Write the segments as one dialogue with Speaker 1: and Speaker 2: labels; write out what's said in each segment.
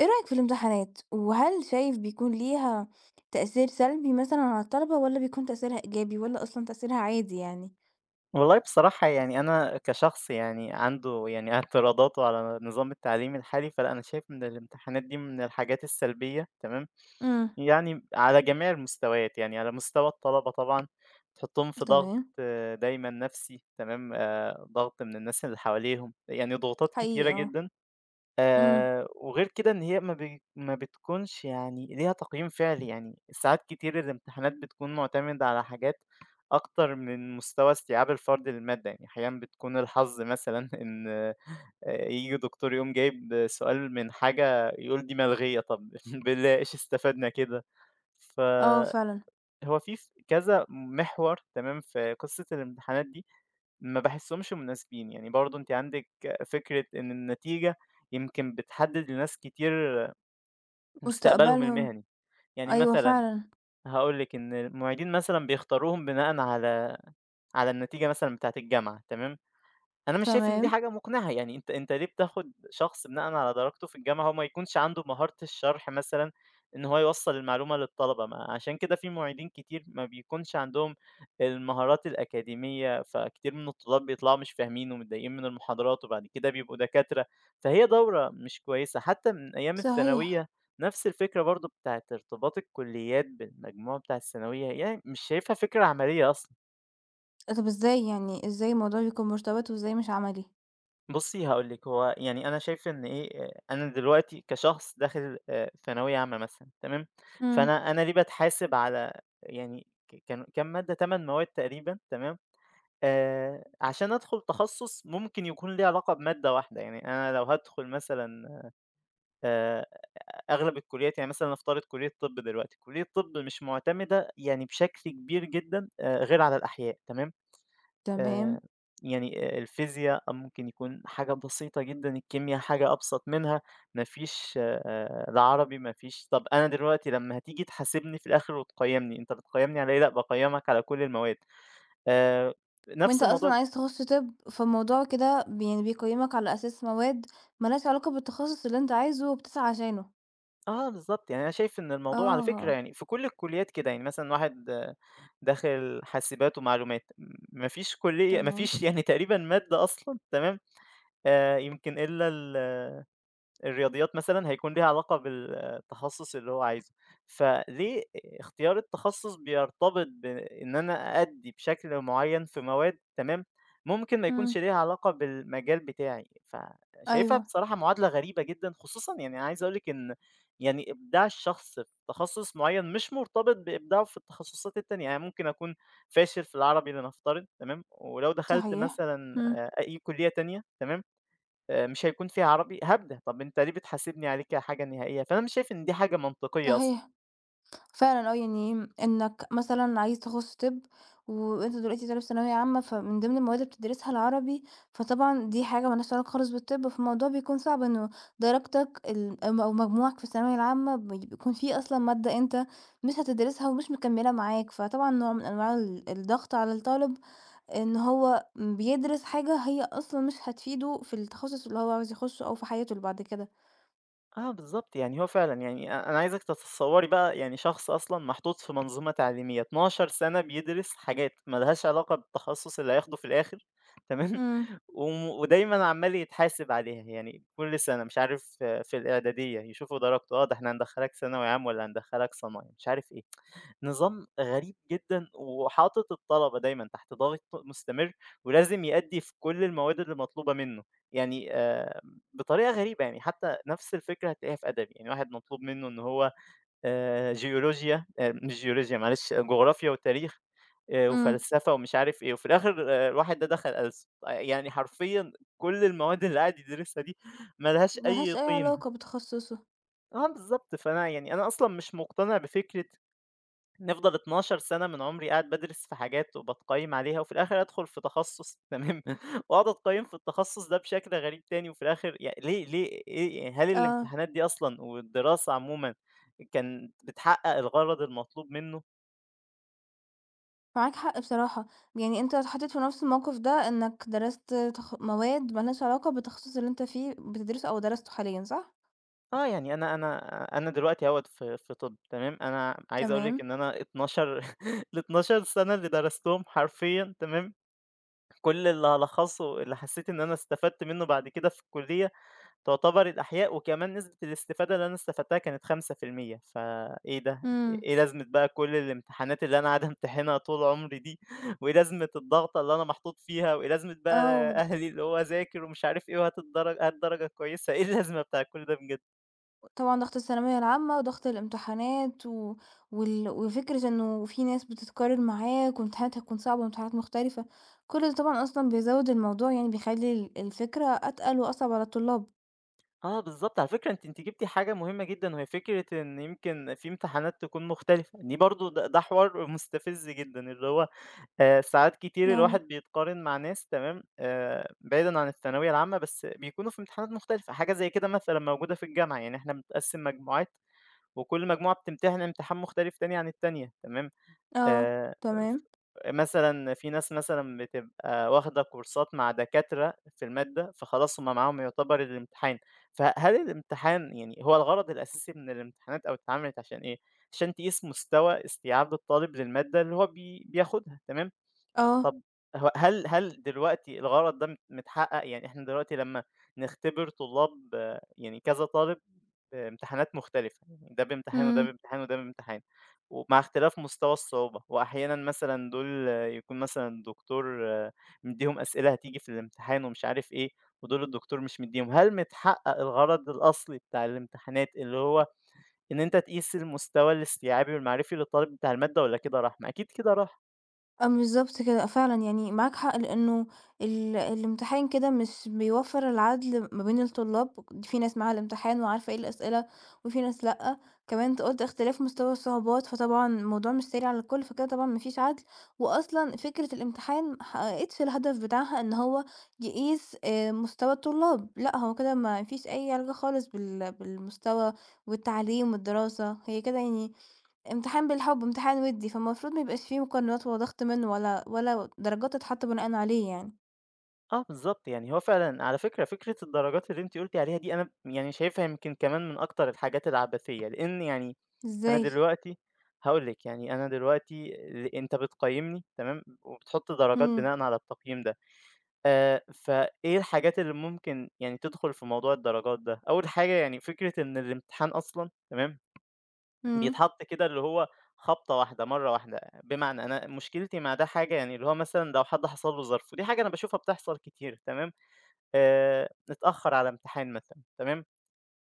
Speaker 1: إيه رأيك في الامتحانات؟ وهل شايف بيكون ليها تأثير سلبي مثلًا على الطلبة والّا بيكون تأثيرها إيجابي والّا أصلًا تأثيرها عادي يعني؟
Speaker 2: والله بصراحة يعني أنا كشخص يعني عنده يعني اعتراضاته على نظام التعليم الحالي فلا أنا شايف إن الامتحانات دي من الحاجات السلبية تمام،
Speaker 1: إمم.
Speaker 2: يعني على جميع المستويات، يعني على مستوى الطلبة طبعا تحطهم في ضغط
Speaker 1: تمام،
Speaker 2: دايما نفسي تمام، ضغط من الناس اللي حواليهم، يعني ضغوطات
Speaker 1: حقيقي
Speaker 2: كتيرة
Speaker 1: آه،
Speaker 2: جدا.
Speaker 1: إمم،
Speaker 2: وغير كده إن هي ما بتكونش يعني ليها تقييم فعلي، يعني ساعات كتير الامتحانات بتكون معتمدة على حاجات أكتر من مستوى استيعاب الفرد للمادة، يعني أحيانًا بتكون الحظ مثلًا إن ييجي دكتور يقوم جايب سؤال من حاجة يقول دي ملغية، طب بالله إيش استفدنا كده؟
Speaker 1: آه
Speaker 2: فهو
Speaker 1: فعلًا،
Speaker 2: في كذا محور تمام في قصة الامتحانات دي، ما باحسّهمش مناسبين، يعني برضه أنتِ عندِك فكرة إن النتيجة يمكن بتحدد لناس كتير مستقبلهم
Speaker 1: مستقبلهم،
Speaker 2: المهني، يعني
Speaker 1: أيوه
Speaker 2: مثلًا
Speaker 1: فعلًا،
Speaker 2: هاقول لِك إن المعيدين مثلًا بيختاروهم بناءً على النتيجة مثلًا بتاعة الجامعة، تمام؟ أنا مش شايف إن دي
Speaker 1: تمام،
Speaker 2: حاجة مقنعة، يعني أنت ليه بتاخد شخص بناءً على درجته في الجامعة هو ما يكونش عنده مهارة الشرح مثلًا، إن هو يوصّل المعلومة للطلبة، ما عشان كده في معيدين كتير ما بيكونش عندهم المهارات الأكاديمية، فكتير من الطلاب بيطلعوا مش فاهمين ومتضايقين من المحاضرات، وبعد كده بيبقوا دكاترة، فهي دورة مش كويسة. حتى من أيام
Speaker 1: صحيح،
Speaker 2: الثانوية نفس الفكرة برضه بتاعة ارتباط الكليات بالمجموع بتاع الثانوية، يعني مش شايفها فكرة عملية أصلًا.
Speaker 1: طب إزاي الموضوع بيكون مرتبط وإزاي مش عملي؟
Speaker 2: بُصّي هاقول لِك، هو يعني أنا شايف إن إيه، أنا دلوقتي كشخص داخل ثانوية عامة مثلًا تمام،
Speaker 1: إمم.
Speaker 2: فأنا ليه باتحاسب على يعني كانوا كام مادة، 8 مواد تقريبًا تمام، عشان أدخل تخصُّص ممكن يكون ليه علاقة بمادة واحدة، يعني أنا لو هادخل مثلًا آآ أغلب الكُلّيات، يعني مثلًا نفترض كُلّية طِب دلوقتي، كُلّية طِب مش مُعتمدة يعني بشكل كبير جدًا غير على الأحياء تمام. آآ
Speaker 1: تمام،
Speaker 2: يعني الفيزيا ممكن يكون حاجة بسيطة جدًا، الكيميا حاجة أبسط منها، ما فيش لا عربي ما فيش. طب أنا دلوقتي لمّا هتيجي تحاسبني في الآخر وتقيّمني، أنت بتقيّمني على إيه؟ لأ باقيّمك على كل المواد. آآ
Speaker 1: وأنت
Speaker 2: نفس الموضوع.
Speaker 1: أصلًا عايز تخش طِب فالموضوع كده يعني بيقيمك على أساس مواد ما لهاش علاقة بالتخصص اللي أنت عايزه وبتسعى عشانه،
Speaker 2: آه بالضبط، يعني أنا شايف إن الموضوع على فكرة
Speaker 1: آه،
Speaker 2: يعني في كل الكليات كده، يعني مثلًا واحد آه، داخل حاسبات ومعلومات، ما فيش كلية ما
Speaker 1: تمام.
Speaker 2: فيش يعني تقريبًا مادة أصلًا تمام، يمكن إلا الرياضيات مثلًا هيكون ليها علاقة بالتخصُّص اللي هو عايزه، فليه اختيار التخصُّص بيرتبط بإن أنا أأدّي بشكل معيّن في مواد تمام، ممكن ما
Speaker 1: إمم.
Speaker 2: يكونش ليها علاقة بالمجال بتاعي، فشايفها
Speaker 1: أيوه،
Speaker 2: بصراحة معادلة غريبة جدًا، خصوصًا يعني عايز أقول لِك إن يعني إبداع الشخص في تخصُّص معيّن مش مرتبط بإبداعه في التخصُّصات التانية، يعني ممكن أكون فاشل في العربي لنفترض تمام، ولو دخلت
Speaker 1: صحيح،
Speaker 2: مثلًا
Speaker 1: إمم،
Speaker 2: أي كُلّية تانية تمام، مش هيكون فيها عربي هابدأ، طَب أنت ليه بتحاسبني عليه كحاجة نهائية؟ فأنا مش شايف إن دي حاجة منطقية أصلًا.
Speaker 1: صحيح، فعلًا آه، يعني إنك مثلًا عايز تخُش طِب وأنت دلوقتي طالب ثانوية عامة، فمن ضمن المواد اللي بتدرسها العربي، فطبعًا دي حاجة ما لهاش علاقة خالص بالطِب، فالموضوع بيكون صعب إنه درجتك ال م أو مجموعك في الثانوية العامة بيكون فيه أصلًا مادة أنت مش هتدرسها ومش مكمّلة معاك، فطبعًا نوع من أنواع الضغط على الطالب إن هو بيدرس حاجة هي أصلًا مش هتفيده في التخصُّص اللي هو عاوز يخُشّه أو في حياته اللي بعد كده.
Speaker 2: آه بالضبط، يعني هو فعلًا يعني أنا عايزِك تتصوّري بقى يعني شخص أصلًا محطوط في منظومة تعليمية 12 سَنة بيدرس حاجات ما لهاش علاقة بالتخصص اللي هياخده في الآخر تمام،
Speaker 1: إمم،
Speaker 2: ودايمًا عمّال يتحاسب عليها، يعني كل سَنة مش عارف آه، في الإعدادية يشوفوا درجته، آه ده إحنا هندخّلك ثانوي عام والّا هندخّلك صنايع مش عارف إيه، نظام غريب جدًا وحاطط الطلبة دايمًا تحت ضغط مستمر ولازم يأدّي في كل المواد اللي مطلوبة منه، يعني بطريقة غريبة، يعني حتى نفس الفكرة هتلاقيها في أدبي، يعني واحد مطلوب منه إن هو جيولوجيا مش جيولوجيا معلش آه، جغرافيا وتاريخ
Speaker 1: إمم.
Speaker 2: وفلسفة ومش عارف إيه، وفي الآخر آه، الواحد ده دخل ألسُن، يعني حرفيًا كل المواد اللي قاعد يدرسها دي ما لهاش
Speaker 1: ما
Speaker 2: أي
Speaker 1: لهاش أي
Speaker 2: قيمة.
Speaker 1: علاقة بتخصُّصه.
Speaker 2: آه بالضبط، فأنا يعني أنا أصلًا مش مقتنع بفكرة نفضل 12 سنة من عمري قاعد بادرس في حاجات وباتقيّم عليها، وفي الآخر أدخل في تخصُّص تمام، وأقعد أتقيّم في التخصُّص ده بشكل غريب تاني، وفي الآخر ليه إيه يعني؟ هل
Speaker 1: آه،
Speaker 2: الامتحانات دي أصلًا والدراسة عمومًا كانت بتحقق الغرض المطلوب منه؟
Speaker 1: معاك حق بصراحة، يعني أنت اتحطّيت في نَفْس الموقِف ده إنّك درست مواد ما لهاش علاقة بالتخصُّص اللي أنت فيه بتدرسه أو درسته حاليًا صح؟
Speaker 2: آه، يعني أنا دلوقتي أهوّة في طِب تمام، أنا عايز أقول لِك
Speaker 1: تمام،
Speaker 2: إن أنا 12 ال12 سنة اللي درستهم حرفيًا تمام، كل اللي هالخصه اللي حسّيت إن أنا استفدت منه بعد كده في الكلية تعتبر الأحياء. وكمان نسبة الاستفادة اللي أنا استفدتها كانت 5%. فإيه ده؟
Speaker 1: إمم،
Speaker 2: إيه لازمة بقى كل الامتحانات اللي أنا قاعد أمتحنها طول عمري دي، وإيه لازمة الضغطة اللي أنا محطوط فيها، وإيه لازمة بقى
Speaker 1: آه،
Speaker 2: أهلي اللي هو ذاكر ومش عارف إيه وهات الدرجة هات درجة كويسة، إيه اللازمة بتاع كل ده بجد؟
Speaker 1: طبعًا ضغط الثانوية العامة وضغط الامتحانات و وفكرة إنه في ناس بتتقارن معاك وامتحانات هتكون صعبة وامتحانات مختلفة، كل ده طبعًا أصلًا بيزوّد الموضوع يعني بيخلّي الفكرة أتقل وأصعب على الطلاب،
Speaker 2: آه بالضبط، على فكرة أنتِ جبتِ حاجة مهمة جدًا، وهي فكرة إن يمكن في امتحانات تكون مختلفة، دي برضه ده حوار مستفز جدًا، اللي هو ساعات كتير الواحد
Speaker 1: يعني
Speaker 2: بيتقارن مع ناس تمام، بعيدًا عن الثانوية العامة، بس بيكونوا في امتحانات مختلفة، حاجة زي كده مثلًا موجودة في الجامعة، يعني إحنا بنتقسم مجموعات وكل مجموعة بتمتحن امتحان مختلف تاني عن التانية تمام،
Speaker 1: آه،
Speaker 2: آآ ف
Speaker 1: تمام،
Speaker 2: مثلًا في ناس مثلًا بتبقى واخدة كورسات مع دكاترة في المادة، فخلاص هُم معاهم يعتبر الامتحان، فهل الامتحان يعني هو الغرض الأساسي من الامتحانات أو اتعملت عشان إيه؟ عشان تقيس مستوى استيعاب الطالب للمادة اللي هو بياخدها تمام،
Speaker 1: آه،
Speaker 2: طب هو هل دلوقتي الغرض ده متحقق؟ يعني إحنا دلوقتي لمّا نختبر طلاب آه، يعني كذا طالب بامتحانات مختلفة، يعني ده بامتحان وده
Speaker 1: إمم.
Speaker 2: بامتحان وده بامتحان، ومع اختلاف مستوى الصعوبة، وأحيانًا مثلًا دول آه، يكون مثلًا الدكتور آه، مدّيهم أسئلة هتيجي في الامتحان ومش عارف إيه، ودول الدكتور مش مدّيهم، هل متحقق الغرض الأصلي بتاع الامتحانات اللي هو إن أنت تقيس المستوى الاستيعابي والمعرفي للطالب بتاع المادة والّا كده راح؟ ما أكيد كده راح.
Speaker 1: آه، بالضبط كده، آه، فعلًا يعني معاك حق، لإنه الامتحان كده مش بيوفّر العدل ما بين الطلاب، في ناس معاها الامتحان وعارفة إيه الأسئلة وفي ناس لأ، كمان أنت قُلت اختلاف مستوى الصعوبات، فطبعًا الموضوع مش سهل على الكل، فكده طبعًا ما فيش عدل، وأصلًا فكرة الامتحان ما حققتش الهدف بتاعها إن هو يقيس مستوى الطلاب، لأ هو كده ما فيش أي علاقة خالص بالمستوى والتعليم والدراسة، هي كده يعني امتحان بالحب، امتحان وِدّي، فالمفروض ما يبقاش في مقارنات ولا ضغط منه ولا درجات تتحط بناءً عليه يعني،
Speaker 2: آه بالضبط، يعني هو فعلًا على فكرة، فكرة الدرجات اللي أنتِ قُلتِ عليها دي أنا يعني شايفها يمكن كمان من أكتر الحاجات العبثية، لإن يعني أنا
Speaker 1: إزاي؟
Speaker 2: دلوقتي هاقول لِك، يعني أنا دلوقتي أنت بتقيّمني تمام، وبتحُط درجات
Speaker 1: إمم،
Speaker 2: بناءً على التقييم ده، فإيه الحاجات اللي ممكن يعني تدخُل في موضوع الدرجات ده؟ أول حاجة يعني فكرة إن الامتحان أصلًا تمام،
Speaker 1: إمم،
Speaker 2: بيتحط كده اللي هو خبطة واحدة، مرّة واحدة، بمعنى أنا مشكلتي مع ده حاجة يعني اللي هو مثلًا لو حد حصل له ظرف، ودي حاجة أنا باشوفها بتحصل كتير تمام. اتأخّر على امتحان مثلًا تمام،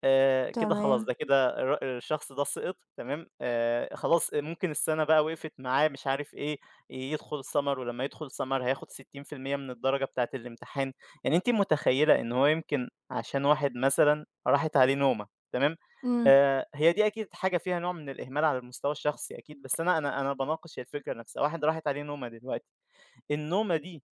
Speaker 2: كده خلاص
Speaker 1: تمام،
Speaker 2: ده كده الشخص ده سقط تمام، خلاص ممكن السَنة بقى وقفت معاه مش عارف إيه، يدخل summer، ولمّا يدخل summer هياخد 60% من الدرجة بتاعة الامتحان، يعني أنتِ متخيّلة إن هو يمكن عشان واحد مثلًا راحت عليه نومة تمام،
Speaker 1: إمم،
Speaker 2: هي دي أكيد حاجة فيها نوع من الإهمال على المستوى الشخصي أكيد، بس أنا باناقش الفكرة نفسها، واحد راحت عليه نومة دلوقتي، النومة دي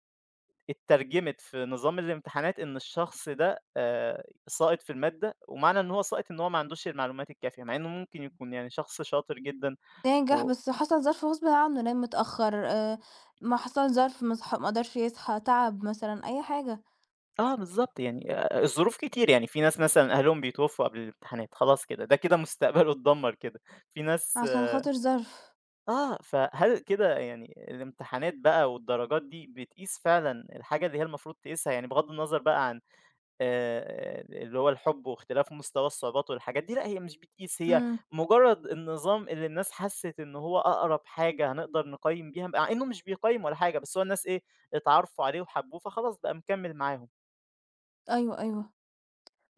Speaker 2: اترجمت في نظام الامتحانات إن الشخص ده ساقط في المادة، ومعنى إن هو ساقط إن هو ما عندوش المعلومات الكافية، مع إنه ممكن يكون يعني شخص شاطر جدًا
Speaker 1: ناجح
Speaker 2: و
Speaker 1: بس حصل ظرف غصبٍ عنه، نام متأخر ما حصل ظرف ما صح ما قدرش يصحى، تعب مثلًا، أي حاجة
Speaker 2: آه بالضبط، يعني الظروف كتير، يعني في ناس مثلًا أهلهم بيتوفوا قبل الامتحانات، خلاص كده، ده كده مستقبله اتدمر كده، في ناس
Speaker 1: عشان خاطر ظرف،
Speaker 2: آه، فهل كده يعني الامتحانات بقى والدرجات دي بتقيس فعلًا الحاجة اللي هي المفروض تقيسها، يعني بغض النظر بقى عن اللي هو الحُب واختلاف مستوى الصعوبات والحاجات دي، لأ هي مش بتقيس، هي
Speaker 1: إمم،
Speaker 2: مجرد النظام اللي الناس حسِّت إن هو أقرب حاجة هنقدر نقيّم بيها، مع إنه مش بيقيّم ولا حاجة، بس هو الناس إيه، اتعارفوا عليه وحبوه، فخلاص بقى مكمّل معاهم.
Speaker 1: أيوه، أيوه.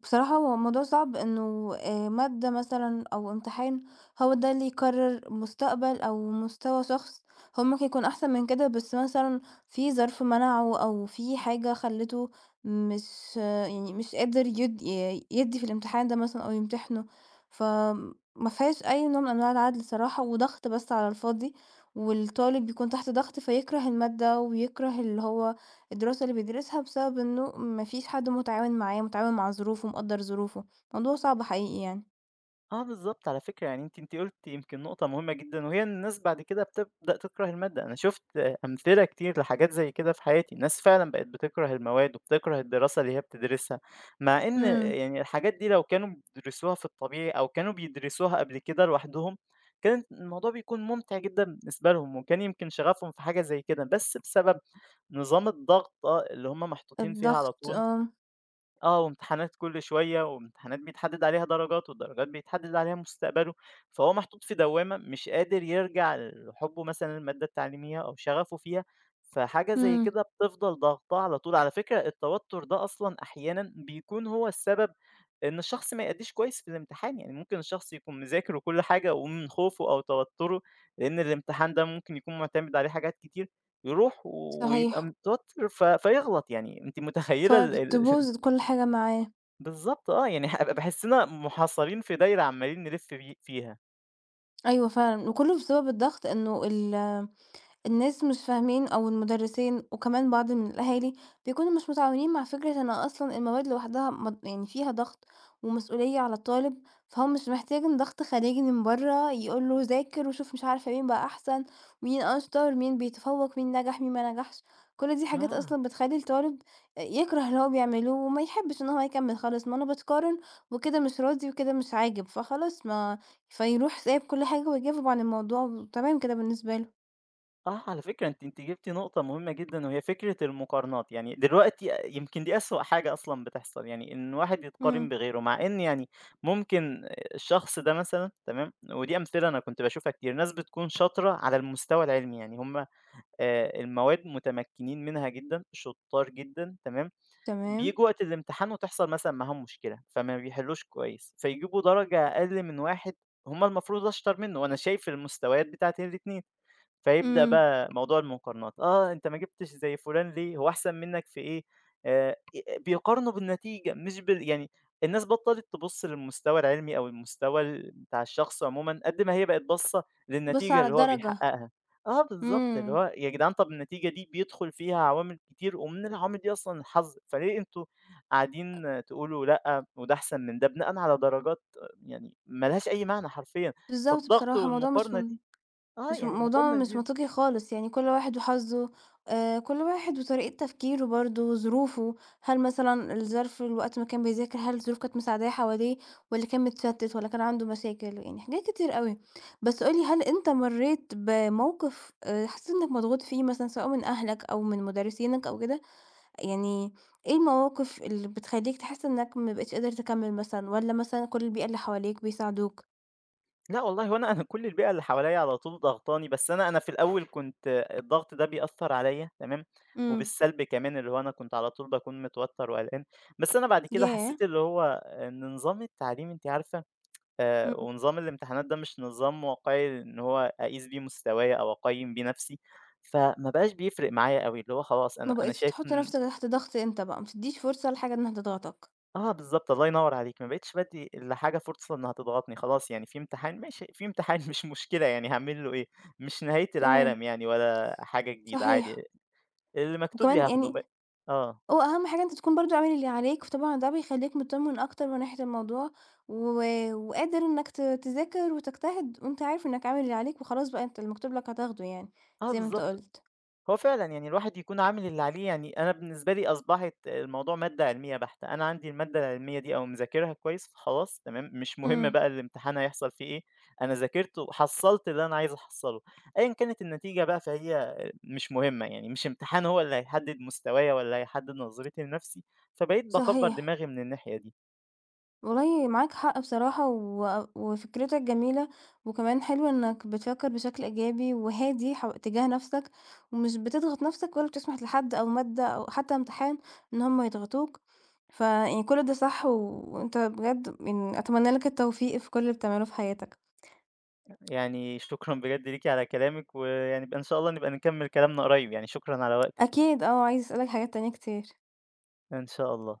Speaker 1: بصراحة هو الموضوع صعب إنه مادة مثلًا أو امتحان هو ده اللي يقرر مستقبل أو مستوى شخص، هو ممكن يكون أحسن من كده بس مثلًا في ظرف منعه أو في حاجة خلّته مش آه، يعني مش قادر يد ي يدّي في الامتحان ده مثلًا أو يمتحنه، ف ما فيهاش أي نوع من أنواع العدل صراحة وضغط بس على الفاضي، والطالب بيكون تحت ضغط فيكره المادة ويكره اللي هو الدراسة اللي بيدرسها بسبب إنه ما فيش حد متعاون معاه، متعاون مع ظروفه، مقدّر ظروفه، موضوع صعب حقيقي يعني.
Speaker 2: آه بالضبط، على فكرة يعني أنتِ قُلتِ يمكن نقطة مهمة جدًا، وهي إن الناس بعد كده بتبدأ تكره المادة، أنا شُفت أمثلة كتير لحاجات زي كده في حياتي، ناس فعلًا بقت بتكره المواد وبتكره الدراسة اللي هي بتدرسها، مع إن
Speaker 1: إمم.
Speaker 2: يعني الحاجات دي لو كانوا بيدرسوها في الطبيعي أو كانوا بيدرسوها قبل كده لوحدهم، كان الموضوع بيكون ممتع جدًا بالنسبة لهم، وكان يمكن شغفهم في حاجة زي كده، بس بسبب نظام الضغطة اللي هُم محطوطين فيها على
Speaker 1: الضغط
Speaker 2: طول
Speaker 1: آه،
Speaker 2: آه، وامتحانات كل شوية، وامتحانات بيتحدد عليها درجات، والدرجات بيتحدد عليها مستقبله، فهو محطوط في دوامة مش قادر يرجع لحبه مثلًا للمادة التعليمية أو شغفه فيها، فحاجة زي
Speaker 1: إمم.
Speaker 2: كده بتفضل ضاغطاه على طول. على فكرة التوتر ده أصلًا أحيانًا بيكون هو السبب إن الشخص ما يأديش كويس في الامتحان، يعني ممكن الشخص يكون مذاكر وكل حاجة ومن خوفه أو توتره لأن الامتحان ده ممكن يكون معتمد عليه حاجات كتير، يروح ويبقى
Speaker 1: صحيح،
Speaker 2: متوتر فيغلط، يعني أنتِ متخيلة ال ال
Speaker 1: فتبوظ كل حاجة معاه،
Speaker 2: بالضبط آه، يعني باحسّنا محصّرين في دايرة عمّالين نلِف فيها.
Speaker 1: أيوه فعلًا، وكله بسبب الضغط إنه الناس مش فاهمين أو المدرسين وكمان بعض من الأهالي بيكونوا مش متعاونين مع فكرة إن أصلًا المواد لوحدها يعني فيها ضغط ومسؤولية على الطالب، فهو مش محتاج ضغط خارجي من برّه يقول له ذاكر وشوف مش عارفة مين بقى أحسن، مين أشطر، مين بيتفوق، مين نجح، مين ما نجحش، كل دي حاجات
Speaker 2: آه،
Speaker 1: أصلًا بتخلّي الطالب يكره اللي هو بيعملوه وما يحبش إن هو يكمّل خالص، ما أنا باتقارن وكده مش راضي وكده مش عاجب، فخلاص ما فيروح سايب كل حاجة ويجاوب عن الموضوع وتمام كده بالنسبة له.
Speaker 2: آه، على فكرة أنتِ جِبتِ نقطة مهمة جدًا وهي فكرة المقارنات، يعني دلوقتي آه، يمكن دي أسوأ حاجة أصلًا بتحصل، يعني إن واحد
Speaker 1: إمم.
Speaker 2: يتقارن بغيره، مع إن يعني ممكن الشخص ده مثلًا تمام، ودي أمثلة أنا كنت باشوفها كتير، ناس بتكون شاطرة على المستوى العلمي، يعني هُم المواد متمكّنين منها جدًا، شُطّار جدًا تمام،
Speaker 1: تمام.
Speaker 2: بييجوا وقت الامتحان وتحصل مثلًا معاهم مشكلة، فما بيحلّوش كويس، فيجيبوا درجة أقل من واحد هُم المفروض أشطر منه، وأنا شايف المستويات بتاعة الاتنين. فيبدأ
Speaker 1: إمم.
Speaker 2: بقى موضوع المقارنات، آه أنت ما جِبتش زي فلان ليه، هو أحسن منك في إيه؟ آآ أ بيقارنوا بالنتيجة مش يعني الناس بطّلت تبُص للمستوى العلمي أو المستوى بتاع الشخص عمومًا، قد ما هي بقت باصة
Speaker 1: بُص
Speaker 2: للنتيجة
Speaker 1: على
Speaker 2: اللي هو
Speaker 1: الدرجة،
Speaker 2: بيحققها. آه بالضبط، اللي
Speaker 1: إمم،
Speaker 2: هو يا جدعان طَب النتيجة دي بيدخل فيها عوامل كتير ومن العوامل دي أصلًا الحظ، فليه أنتم قاعدين تقولوا لأ وده أحسن من ده بناءً على درجات آه، يعني ما لهاش أي معنى حرفيًا،
Speaker 1: بالضبط
Speaker 2: فالضغط
Speaker 1: بصراحة الموضوع
Speaker 2: والمقارنة دي آه
Speaker 1: مش
Speaker 2: يعني
Speaker 1: موضوع
Speaker 2: المقارنة
Speaker 1: مش
Speaker 2: دي
Speaker 1: منطقي خالص، يعني كل واحد وحظه، كل واحد وطريقة تفكيره برضه وظروفه، هل مثلًا الظرف الوقت ما كان بيذاكر هل الظروف كانت مساعداه حواليه والّا كان متشتت والّا كان عنده مشاكل، يعني حاجات كتير أوي. بس قُل لي هل أنت مرّيت بموقف حسيت إنك مضغوط فيه مثلًا سواء من أهلك أو من مدرسينك أو كده؟ يعني إيه المواقف اللي بتخلّيك تحس إنك ما بقيتش قادر تكمّل مثلًا، والّا مثلًا كل البيئة اللي حواليك بيساعدوك؟
Speaker 2: لأ والله هو أنا أنا كل البيئة اللي حواليّا على طول ضاغطاني، بس أنا في الأول كنت الضغط ده بيأثّر عليّا تمام،
Speaker 1: إمم.
Speaker 2: وبالسلب كمان اللي هو أنا كنت على طول باكون متوتّر وقلقان، بس أنا بعد كده
Speaker 1: ياه!
Speaker 2: حسّيت اللي هو إن نظام التعليم أنتِ عارفة
Speaker 1: إمم.
Speaker 2: ونظام الامتحانات ده مش نظام واقعي إن هو أقيس بيه مستوايا أو أقيّم بيه نَفْسي، فما بقاش بيفرق معايا أوي، اللي هو خلاص
Speaker 1: ما
Speaker 2: أنا
Speaker 1: بقيتش
Speaker 2: شايف
Speaker 1: تحُط
Speaker 2: إن
Speaker 1: نَفْسك تحت ضغط أنت بقى، ما بتدّيش فرصة لحاجة إنها تضغطك،
Speaker 2: آه بالضبط، الله ينوّر عليكِ، ما بقيتش بادّي لحاجة فرصة إنها تضغطني، خلاص يعني في امتحان ماشي، في امتحان مش مشكلة، يعني هاعمل له إيه، مش نهاية
Speaker 1: تمام،
Speaker 2: العالم يعني ولا حاجة جديدة
Speaker 1: صحيح،
Speaker 2: عادي، اللي مكتوب لي
Speaker 1: وكمان
Speaker 2: هاخده
Speaker 1: يعني
Speaker 2: آه،
Speaker 1: هو أهم حاجة أنت تكون برضه عامل اللي عليك، فطبعًا ده بيخلّيك متطمّن أكتر من ناحية الموضوع، و وقادر إنك تذاكر وتجتهد وأنت عارف إنك عامل اللي عليك وخلاص بقى أنت المكتوب لك هتاخده يعني،
Speaker 2: آه
Speaker 1: زي ما أنت
Speaker 2: بالضبط.
Speaker 1: قُلت.
Speaker 2: هو فعلًا يعني الواحد يكون عامل اللي عليه، يعني أنا بالنسبة لي أصبحت الموضوع مادة علمية بحتة، أنا عندي المادة العلمية دي أو مذاكرها كويس فخلاص تمام، مش مهم
Speaker 1: إمم.
Speaker 2: بقى الامتحان هيحصل فيه إيه، أنا ذاكرته حصّلت اللي أنا عايز أحصّله، أيًا كانت النتيجة بقى فهي مش مهمة، يعني مش امتحان هو اللي هيحدد مستوايا ولا هيحدد نظرتي لنفسي، فبقيت باكبّر
Speaker 1: صحيح.
Speaker 2: دماغي من الناحية دي،
Speaker 1: والله معاك حق بصراحة وفكرتك جميلة وكمان حلو انك بتفكر بشكل ايجابي وهادي تجاه نفسك ومش بتضغط نفسك ولا بتسمح لحد او مادة او حتى امتحان ان هم يضغطوك فيعني كل ده صح وانت بجد يعني اتمنى لك التوفيق في كل اللي بتعمله في حياتك
Speaker 2: يعني شكرًا بجد ليكِ على كلامِك، ويعني إن شاء الله نبقى نكمّل كلامنا قريب يعني، شكرًا على وقتِك،
Speaker 1: اكيد اه عايز اسألك حاجات تانية كتير
Speaker 2: إن شاء الله.